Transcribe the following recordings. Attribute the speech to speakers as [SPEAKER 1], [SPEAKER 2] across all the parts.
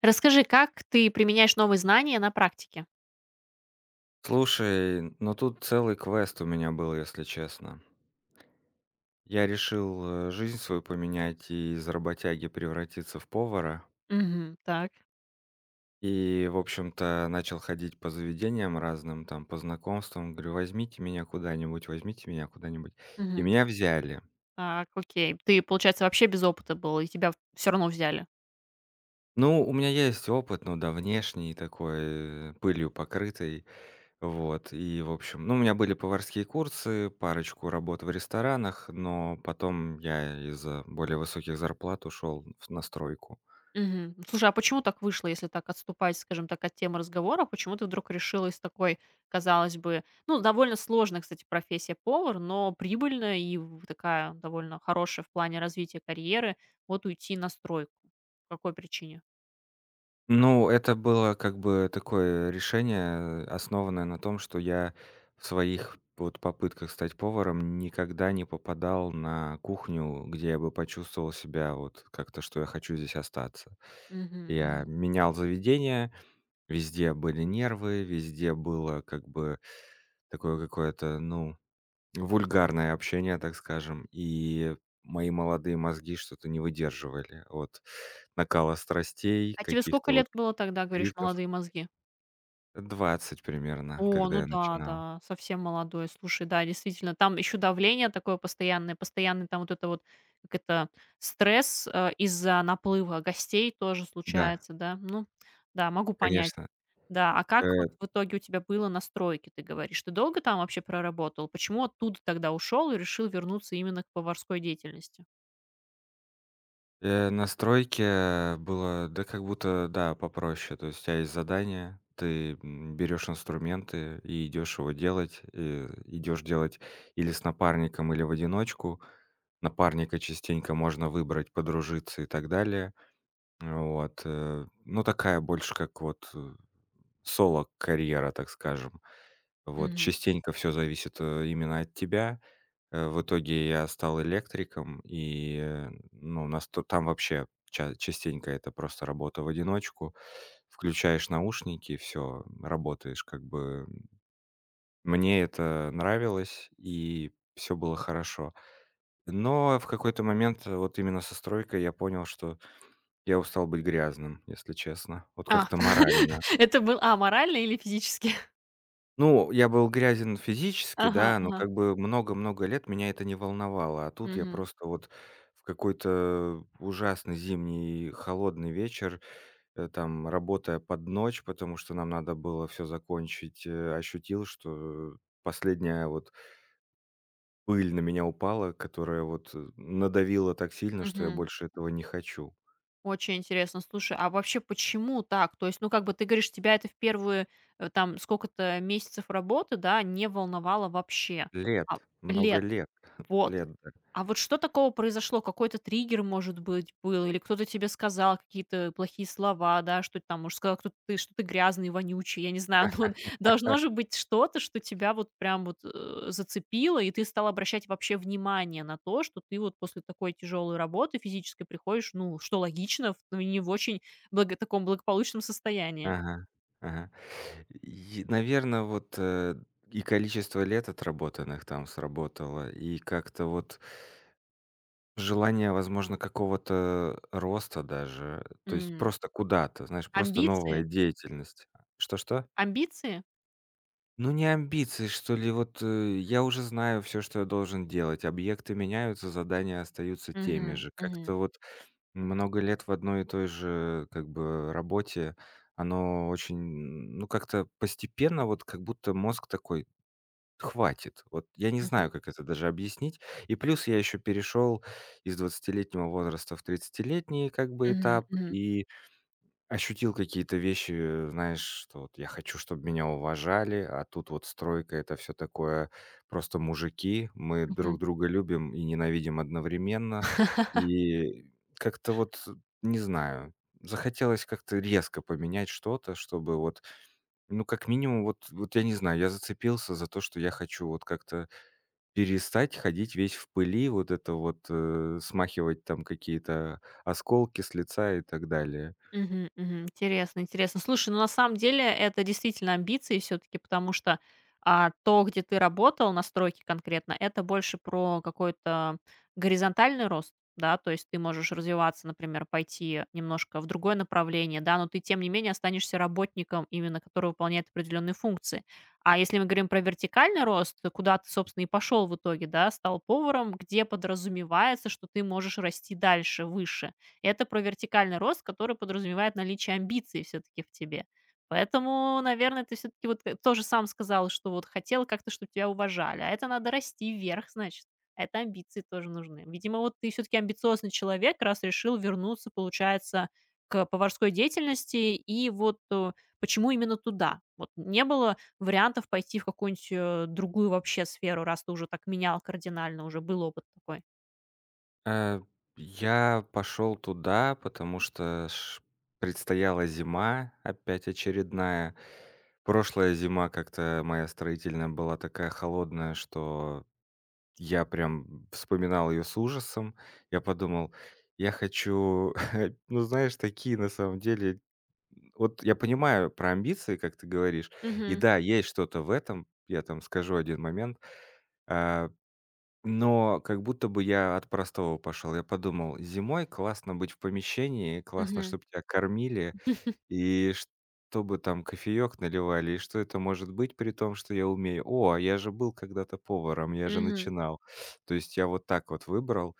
[SPEAKER 1] Расскажи, как ты применяешь новые знания на практике?
[SPEAKER 2] Слушай, ну тут целый квест у меня был, если честно. Я решил жизнь свою поменять и из работяги превратиться в повара.
[SPEAKER 1] Мгм. Так.
[SPEAKER 2] И, в общем-то, начал ходить по заведениям разным, там, по знакомствам. Говорю, возьмите меня куда-нибудь, возьмите меня куда-нибудь. И
[SPEAKER 1] Мгм.
[SPEAKER 2] меня взяли.
[SPEAKER 1] Так, окей. Ты, получается, вообще без опыта был, и тебя все равно взяли.
[SPEAKER 2] Ну, у меня есть опыт, ну да, внешний такой, пылью покрытый. Вот, и, в общем, ну, у меня были поварские курсы, парочку работ в ресторанах, но потом я из-за более высоких зарплат ушел в настройку.
[SPEAKER 1] Мгм. Слушай, а почему так вышло, если так отступать, скажем так, от темы разговора? Почему ты вдруг решила из такой, казалось бы, ну, довольно сложная, кстати, профессия повар, но прибыльная и в такая довольно хорошая в плане развития карьеры, вот уйти на стройку? По какой причине?
[SPEAKER 2] Ну, это было как бы такое решение, основанное на том, что я в своих вот попытках стать поваром никогда не попадал на кухню, где я бы почувствовал себя вот как-то, что я хочу здесь остаться.
[SPEAKER 1] Мгм.
[SPEAKER 2] Я
[SPEAKER 1] Мгм.
[SPEAKER 2] менял заведения, везде были нервы, везде было как бы такое какое-то, ну, вульгарное общение, так скажем. И мои молодые мозги что-то не выдерживали от накала страстей,
[SPEAKER 1] А тебе сколько
[SPEAKER 2] каких-то вот
[SPEAKER 1] лет было тогда, говоришь,
[SPEAKER 2] криков.
[SPEAKER 1] молодые мозги?
[SPEAKER 2] 20 примерно,
[SPEAKER 1] О,
[SPEAKER 2] когда
[SPEAKER 1] ну
[SPEAKER 2] я
[SPEAKER 1] да,
[SPEAKER 2] начинал.
[SPEAKER 1] да, совсем молодой. Слушай, да, действительно, там еще давление такое постоянное, постоянный там вот это вот, как это, стресс, из-за наплыва гостей тоже
[SPEAKER 2] Да,
[SPEAKER 1] случается, да? Ну да, могу понять.
[SPEAKER 2] конечно.
[SPEAKER 1] Да, а как
[SPEAKER 2] Э
[SPEAKER 1] вот в итоге у тебя было на стройке, ты говоришь? Ты долго там вообще проработал? Почему оттуда тогда ушел и решил вернуться именно к поварской деятельности?
[SPEAKER 2] На стройке было, да, как будто, да, попроще. То есть у тебя есть задание, ты, берешь инструменты и идешь его делать. И идешь делать или с напарником, или в одиночку. Напарника частенько можно выбрать, подружиться и так далее. Вот, ну, такая больше как вот, соло-карьера, так скажем. Вот,
[SPEAKER 1] Мгм.
[SPEAKER 2] частенько все зависит, именно от тебя. В итоге я стал электриком, и, ну, насто там вообще ча частенько это просто работа в одиночку. Включаешь наушники, все, работаешь как бы. Мне это нравилось, и все было хорошо. Но в какой-то момент вот именно со стройкой я понял, что я устал быть грязным, если честно. Вот
[SPEAKER 1] А,
[SPEAKER 2] как-то морально.
[SPEAKER 1] это был, морально или физически?
[SPEAKER 2] Ну, я был грязен физически,
[SPEAKER 1] Ага,
[SPEAKER 2] да, но
[SPEAKER 1] ага.
[SPEAKER 2] как бы много-много лет меня это не волновало. А тут я
[SPEAKER 1] Мгм,
[SPEAKER 2] просто вот в какой-то ужасный зимний холодный вечер, там, работая под ночь, потому что нам надо было все закончить, ощутил, что последняя вот пыль на меня упала, которая вот, надавила так сильно, что я
[SPEAKER 1] мгм.
[SPEAKER 2] больше этого не хочу.
[SPEAKER 1] Очень интересно. Слушай, а вообще почему так? То есть, ну, как бы ты говоришь, тебя это в первые, там, сколько-то месяцев работы, да, не волновало вообще.
[SPEAKER 2] Лет,
[SPEAKER 1] А,
[SPEAKER 2] много
[SPEAKER 1] лет.
[SPEAKER 2] лет,
[SPEAKER 1] Вот.
[SPEAKER 2] лет.
[SPEAKER 1] А вот что такого произошло? Какой-то триггер, может быть, был? Или кто-то тебе сказал какие-то плохие слова, да, что там, может, сказал, кто ты, что ты грязный, вонючий, я не знаю. Ну, вот должно же быть что-то, что тебя вот прям вот зацепило, и ты стал обращать вообще внимание на то, что ты вот после такой тяжелой работы физической приходишь, ну, что логично, ну, не в очень таком благополучном состоянии.
[SPEAKER 2] Ага, ага. Наверное, вот, и количество лет отработанных там сработало, и как-то вот желание, возможно, какого-то роста даже, то есть
[SPEAKER 1] М.
[SPEAKER 2] просто куда-то, знаешь, просто новая
[SPEAKER 1] Амбиции?
[SPEAKER 2] деятельность. Что-что?
[SPEAKER 1] Амбиции?
[SPEAKER 2] Ну, не амбиции, что ли, вот, я уже знаю все, что я должен делать, объекты меняются, задания остаются теми
[SPEAKER 1] Мгм,
[SPEAKER 2] же. Как-то
[SPEAKER 1] мгм,
[SPEAKER 2] вот много лет в одной и той же, как бы, работе, оно очень, ну, как-то постепенно, вот как будто мозг такой: "Хватит". Вот я не
[SPEAKER 1] мгм,
[SPEAKER 2] знаю, как это даже объяснить. И плюс я еще перешел из двадцатилетнего возраста в тридцатилетний, как бы,
[SPEAKER 1] мгм,
[SPEAKER 2] этап,
[SPEAKER 1] мгм,
[SPEAKER 2] и ощутил какие-то вещи, знаешь, что вот я хочу, чтобы меня уважали, а тут вот стройка- это все такое просто мужики. Мы
[SPEAKER 1] мгм.
[SPEAKER 2] друг друга любим и ненавидим одновременно. И как-то вот, не знаю, захотелось как-то резко поменять что-то, чтобы вот, ну, как минимум, вот я не знаю, я зацепился за то, что я хочу вот как-то перестать ходить весь в пыли, вот это вот, смахивать там какие-то осколки с лица и так далее.
[SPEAKER 1] Мгм, мгм. Интересно, интересно. Слушай, ну на самом деле это действительно амбиции все-таки, потому что то, где ты работал на стройке конкретно, это больше про какой-то горизонтальный рост, да, то есть ты можешь развиваться, например, пойти немножко в другое направление, да, но ты тем не менее останешься работником, именно который выполняет определенные функции. А если мы говорим про вертикальный рост, то куда ты, собственно, и пошел в итоге, да, стал поваром, где подразумевается, что ты можешь расти дальше, выше это про вертикальный рост, который подразумевает наличие амбиций все-таки в тебе. Поэтому, наверное, ты все-таки вот тоже сам сказал, что вот хотел как-то, чтобы тебя уважали. А это надо расти вверх, значит. А это амбиции тоже нужны. Видимо, вот ты все-таки амбициозный человек, раз решил вернуться, получается, к поварской деятельности. И вот почему именно туда? Вот не было вариантов пойти в какую-нибудь другую вообще сферу, раз ты уже так менял кардинально, уже был опыт такой.
[SPEAKER 2] Э, я пошел туда, потому что ш предстояла зима, опять очередная. Прошлая зима как-то моя строительная была такая холодная, что я прям вспоминал ее с ужасом. Я подумал: "Я хочу", ну, знаешь, такие на самом деле. Вот я понимаю про амбиции, как ты говоришь. И
[SPEAKER 1] Мгм.
[SPEAKER 2] да, есть что-то в этом. Я там скажу один момент. А но как будто бы я от простого пошел. Я подумал: зимой классно быть в помещении, классно,
[SPEAKER 1] Мгм.
[SPEAKER 2] чтобы тебя кормили, и чтобы там кофеек наливали, и что это может быть, при том, что я умею? О, а я же был когда-то поваром, я же
[SPEAKER 1] Мгм.
[SPEAKER 2] начинал. То есть я вот так вот выбрал,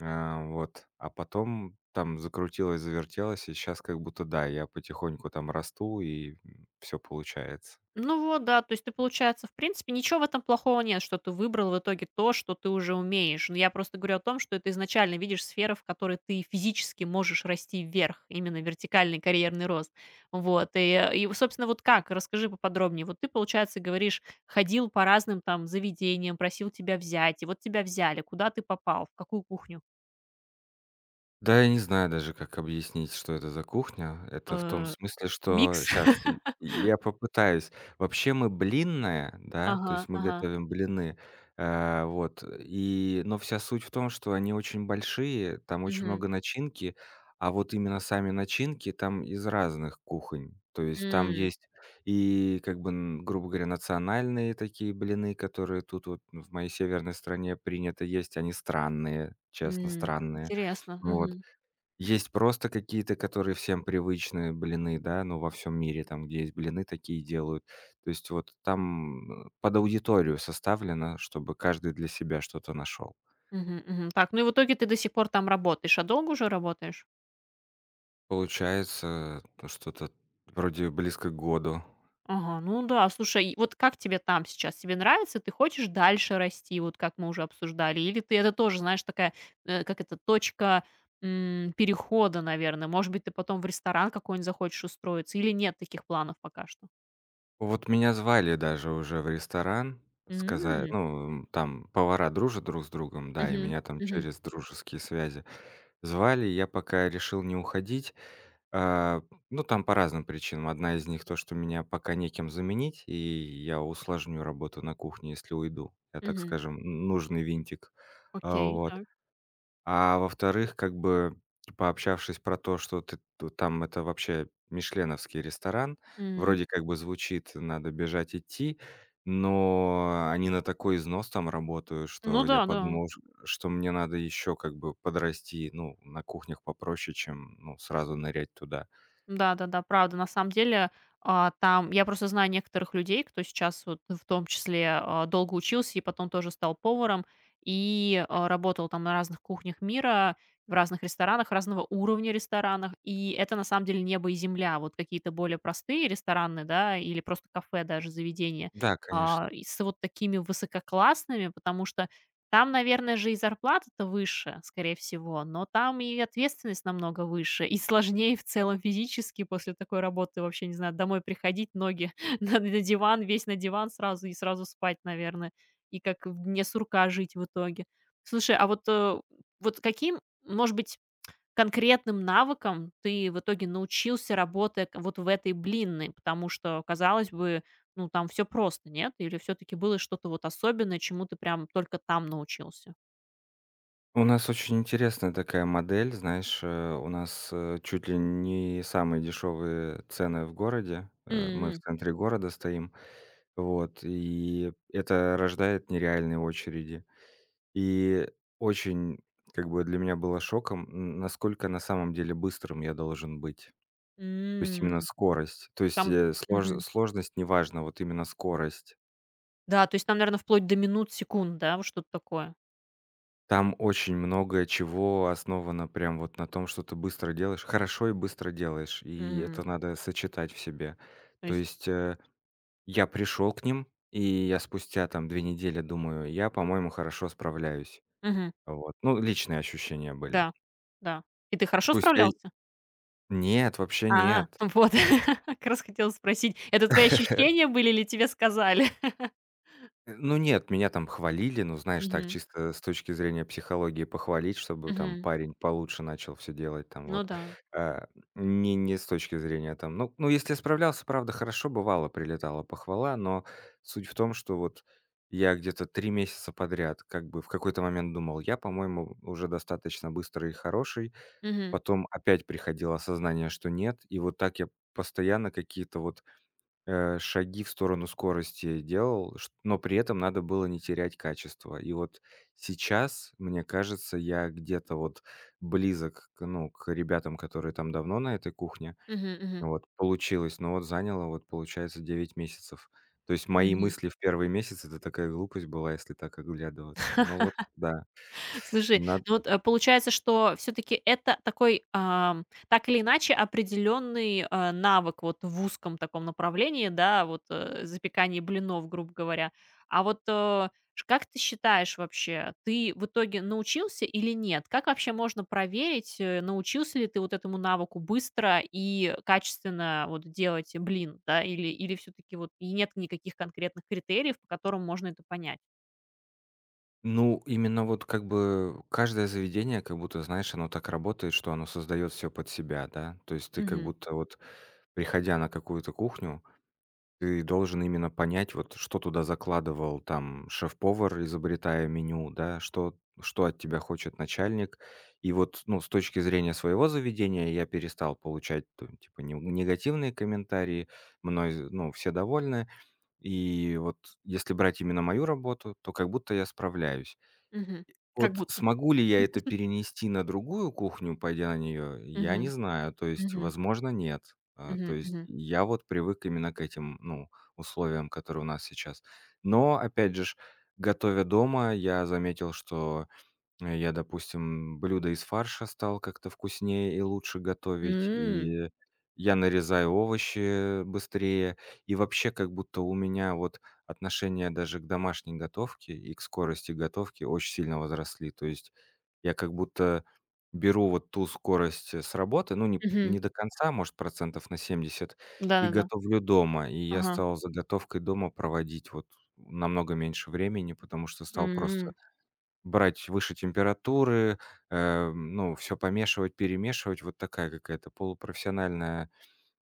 [SPEAKER 2] вот, а потом там закрутилось, завертелось, и сейчас как будто, да, я потихоньку там расту, и, все получается.
[SPEAKER 1] Ну вот, да, то есть ты, получается, в принципе, ничего в этом плохого нет, что ты выбрал в итоге то, что ты уже умеешь. Но я просто говорю о том, что ты изначально видишь сферы, в которой ты физически можешь расти вверх, именно вертикальный карьерный рост. Вот, и, собственно, вот как, расскажи поподробнее. Вот ты, получается, говоришь, ходил по разным там заведениям, просил тебя взять, и вот тебя взяли. Куда ты попал? В какую кухню?
[SPEAKER 2] Да, я не знаю даже, как объяснить, что это за кухня. Это в том
[SPEAKER 1] Э,
[SPEAKER 2] смысле, что
[SPEAKER 1] Микс?
[SPEAKER 2] сейчас я попытаюсь. Вообще мы блинная, да, то
[SPEAKER 1] Ага,
[SPEAKER 2] есть мы
[SPEAKER 1] ага.
[SPEAKER 2] готовим блины, вот, и но вся суть в том, что они очень большие, там очень
[SPEAKER 1] Мгм.
[SPEAKER 2] много начинки, а вот именно сами начинки там из разных кухонь. То есть там
[SPEAKER 1] М,
[SPEAKER 2] есть и, как бы, н грубо говоря, национальные такие блины, которые тут вот в моей северной стране принято есть. Они странные, честно,
[SPEAKER 1] м,
[SPEAKER 2] странные.
[SPEAKER 1] интересно.
[SPEAKER 2] Вот. Есть просто какие-то, которые всем привычные блины, да, ну, во всем мире, там, где есть блины, такие делают. То есть вот там, под аудиторию составлено, чтобы каждый для себя что-то нашел.
[SPEAKER 1] Мгм, мгм. Так, ну и в итоге ты до сих пор там работаешь. А долго уже работаешь?
[SPEAKER 2] Получается, ну, что-то вроде близко к году.
[SPEAKER 1] Ага, ну да, слушай, и вот как тебе там сейчас? Тебе нравится? Ты хочешь дальше расти, вот как мы уже обсуждали? Или ты это тоже, знаешь, такая, как это, точка перехода, наверное? Может быть, ты потом в ресторан какой-нибудь захочешь устроиться? Или нет таких планов пока что?
[SPEAKER 2] Вот меня звали даже уже в ресторан, сказа
[SPEAKER 1] М,
[SPEAKER 2] ну, там повара дружат друг с другом, да, и
[SPEAKER 1] мгм,
[SPEAKER 2] меня там
[SPEAKER 1] мгм,
[SPEAKER 2] через дружеские связи звали. Я пока решил не уходить, А, ну, там по разным причинам. Одна из них то, что меня пока некем заменить, и я усложню работу на кухне, если уйду. Я, так
[SPEAKER 1] мгм.
[SPEAKER 2] скажем, нужный винтик.
[SPEAKER 1] Окей,
[SPEAKER 2] Вот.
[SPEAKER 1] так.
[SPEAKER 2] А во-вторых, как бы пообщавшись про то, что ты там это вообще мишленовский ресторан,
[SPEAKER 1] М.
[SPEAKER 2] вроде как бы звучит, надо бежать идти, но они на такой износ там работают,
[SPEAKER 1] Ну
[SPEAKER 2] что я
[SPEAKER 1] да, да.
[SPEAKER 2] подумал, что мне надо еще как бы подрасти, ну, на кухнях попроще, чем, ну, сразу нырять туда.
[SPEAKER 1] Да-да-да, правда. На самом деле, там я просто знаю некоторых людей, кто сейчас вот в том числе, долго учился и потом тоже стал поваром, и, работал там на разных кухнях мира, в разных ресторанах, разного уровня ресторанах. И это на самом деле небо и земля. Вот какие-то более простые рестораны, да, или просто кафе даже, заведения,
[SPEAKER 2] Да, конечно.
[SPEAKER 1] и с вот такими высококлассными, потому что там, наверное же, и зарплата-то выше, скорее всего, но там и ответственность намного выше, и сложнее в целом физически после такой работы вообще, не знаю, домой приходить, ноги на диван, весь на диван сразу и сразу спать, наверное, и как в дне сурка жить в итоге. Слушай, а вот, вот каким, может быть, конкретным навыкам ты в итоге научился, работая к вот в этой блинной? Потому что, казалось бы, ну, там все просто, нет? Или все таки было что-то вот особенное, чему ты прям только там научился?
[SPEAKER 2] У нас очень интересная такая модель, знаешь, у нас, чуть ли не самые дешевые цены в городе. Мы в
[SPEAKER 1] М,
[SPEAKER 2] центре города стоим. Вот, и это рождает нереальные очереди. И очень, как бы, для меня было шоком, н насколько на самом деле быстрым я должен быть. То есть именно
[SPEAKER 1] м.
[SPEAKER 2] скорость. То есть,
[SPEAKER 1] Там, мгм.
[SPEAKER 2] сложность неважна, вот именно скорость.
[SPEAKER 1] Да, то есть там, наверно, вплоть до минут, секунд, да, вот что-то такое?
[SPEAKER 2] Там очень много чего основано прям вот на том, что ты быстро делаешь, хорошо и быстро делаешь, и это
[SPEAKER 1] М,
[SPEAKER 2] надо сочетать в себе.
[SPEAKER 1] то
[SPEAKER 2] То
[SPEAKER 1] есть
[SPEAKER 2] есть, я пришел к ним, и я спустя там 2 недели думаю: "Я, по-моему, хорошо справляюсь".
[SPEAKER 1] мгм,
[SPEAKER 2] Вот. Ну, личные ощущения были.
[SPEAKER 1] да, да. И ты хорошо
[SPEAKER 2] Спустя и
[SPEAKER 1] справлялся?
[SPEAKER 2] Нет, вообще
[SPEAKER 1] А,
[SPEAKER 2] нет.
[SPEAKER 1] вот, как раз хотела спросить, это твои ощущения были или тебе сказали?
[SPEAKER 2] Ну нет, меня там хвалили, ну, знаешь, так
[SPEAKER 1] Мгм,
[SPEAKER 2] чисто с точки зрения психологии похвалить, чтобы там
[SPEAKER 1] мгм.
[SPEAKER 2] парень получше начал все делать там
[SPEAKER 1] Ну
[SPEAKER 2] вот.
[SPEAKER 1] да.
[SPEAKER 2] А, не с точки зрения там, ну, если я справлялся, правда, хорошо, бывало, прилетала похвала, но суть в том, что вот я где-то 3 месяца подряд как бы в какой-то момент думал: "Я, по-моему, уже достаточно быстрый и хороший".
[SPEAKER 1] Мгм.
[SPEAKER 2] Потом опять приходило осознание, что нет. И вот так я постоянно какие-то вот шаги в сторону скорости делал, чт но при этом надо было не терять качество. И вот сейчас, мне кажется, я где-то вот близок к, ну, к ребятам, которые там давно на этой кухне.
[SPEAKER 1] Мгм, мгм,
[SPEAKER 2] Вот, получилось, но вот заняло, вот, получается, 9 месяцев. То есть мои
[SPEAKER 1] мгм.
[SPEAKER 2] мысли в 1-й месяц- это такая глупость была, если так оглядываться. Но вот да,
[SPEAKER 1] Слушай,
[SPEAKER 2] на,
[SPEAKER 1] ну вот, получается, что все таки это такой, так или иначе, определенный, навык вот в узком таком направлении, да, вот, запекание блинов, грубо говоря. А вот, ш как ты считаешь вообще, ты в итоге научился или нет? Как вообще можно проверить, научился ли ты вот этому навыку быстро и качественно вот делать блин, да, или все таки вот и нет никаких конкретных критериев, по которым можно это понять?
[SPEAKER 2] ну, именно вот как бы каждое заведение, как будто, знаешь, оно так работает, что оно создает все под себя, да. То есть ты как будто вот приходя на какую-то кухню, ты должен именно понять, вот что туда закладывал там шеф-повар, изобретая меню, да, что что от тебя хочет начальник. И вот, ну, с точки зрения своего заведения я перестал получать, т типа, не негативные комментарии, мной, ну, все довольны. И вот если брать именно мою работу, то как будто я справляюсь.
[SPEAKER 1] Мгм. Как
[SPEAKER 2] Вот
[SPEAKER 1] будто.
[SPEAKER 2] смогу ли я это перенести на другую кухню, пойдя на нее, я не
[SPEAKER 1] Мгм.
[SPEAKER 2] знаю. То есть,
[SPEAKER 1] Мгм.
[SPEAKER 2] возможно, нет. То
[SPEAKER 1] Мгм.
[SPEAKER 2] есть
[SPEAKER 1] Мгм.
[SPEAKER 2] я вот привык именно к этим, ну, условиям, которые у нас сейчас. Но, опять же, готовя дома, я заметил, что я, допустим, блюдо из фарша стал как-то вкуснее и лучше готовить,
[SPEAKER 1] М.
[SPEAKER 2] и я нарезаю овощи быстрее. И вообще, как будто у меня вот отношение даже к домашней готовке и к скорости готовки очень сильно возросли. То есть я как будто беру вот ту скорость, с работы, ну, не
[SPEAKER 1] Мгм.
[SPEAKER 2] не до конца, может, процентов на 70, и
[SPEAKER 1] Да-да-да.
[SPEAKER 2] готовлю дома. И я
[SPEAKER 1] Ага.
[SPEAKER 2] стал за готовкой дома проводить вот намного меньше времени, потому что стал просто
[SPEAKER 1] М.
[SPEAKER 2] брать выше температуры, ну, все помешивать, перемешивать. Вот такая какая-то полупрофессиональная,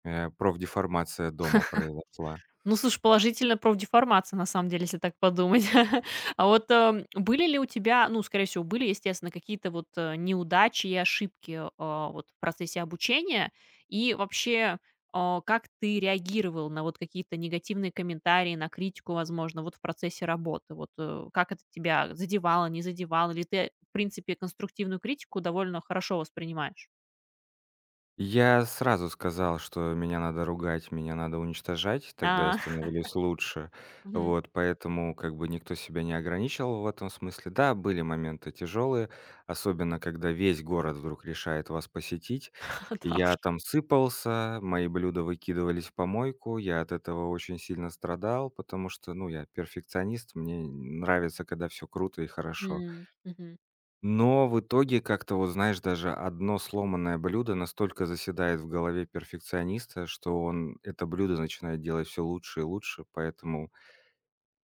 [SPEAKER 2] профдеформация дома произошла.
[SPEAKER 1] Ну, слушай, положительная профдеформация, на самом деле, если так подумать. А вот, были ли у тебя, ну, скорее всего, были, естественно, какие-то вот, неудачи и ошибки, вот в процессе обучения? И вообще, как ты реагировал на вот какие-то негативные комментарии, на критику, возможно, вот в процессе работы? Вот, как это тебя задевало, не задевало? Или ты, в принципе, конструктивную критику довольно хорошо воспринимаешь?
[SPEAKER 2] Я сразу сказал, что меня надо ругать, меня надо уничтожать, тогда я
[SPEAKER 1] А,
[SPEAKER 2] становлюсь лучше.
[SPEAKER 1] мгм.
[SPEAKER 2] Вот, поэтому как бы никто себя не ограничивал в этом смысле. Да, были моменты тяжелые, особенно когда весь город вдруг решает вас посетить. И
[SPEAKER 1] Да уж.
[SPEAKER 2] я там сыпался, мои блюда выкидывались в помойку, я от этого очень сильно страдал, потому что, ну, я перфекционист, мне нравится, когда все круто и хорошо.
[SPEAKER 1] М, мгм.
[SPEAKER 2] Но в итоге как-то, вот знаешь, даже одно сломанное блюдо настолько заседает в голове перфекциониста, что он это блюдо начинает делать все лучше и лучше. Поэтому,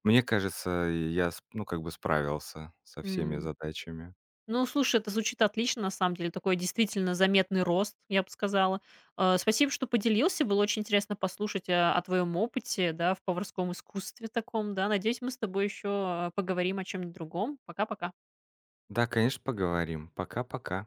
[SPEAKER 2] мне кажется, я, ну, как бы справился со всеми
[SPEAKER 1] М.
[SPEAKER 2] задачами.
[SPEAKER 1] Ну, слушай, это звучит отлично, на самом деле. Такой действительно заметный рост, я бы сказала. Спасибо, что поделился. Было очень интересно послушать о твоем опыте, да, в поварском искусстве таком, да. Надеюсь, мы с тобой еще поговорим о чем-нибудь другом. Пока-пока.
[SPEAKER 2] Да, конечно, поговорим. Пока-пока.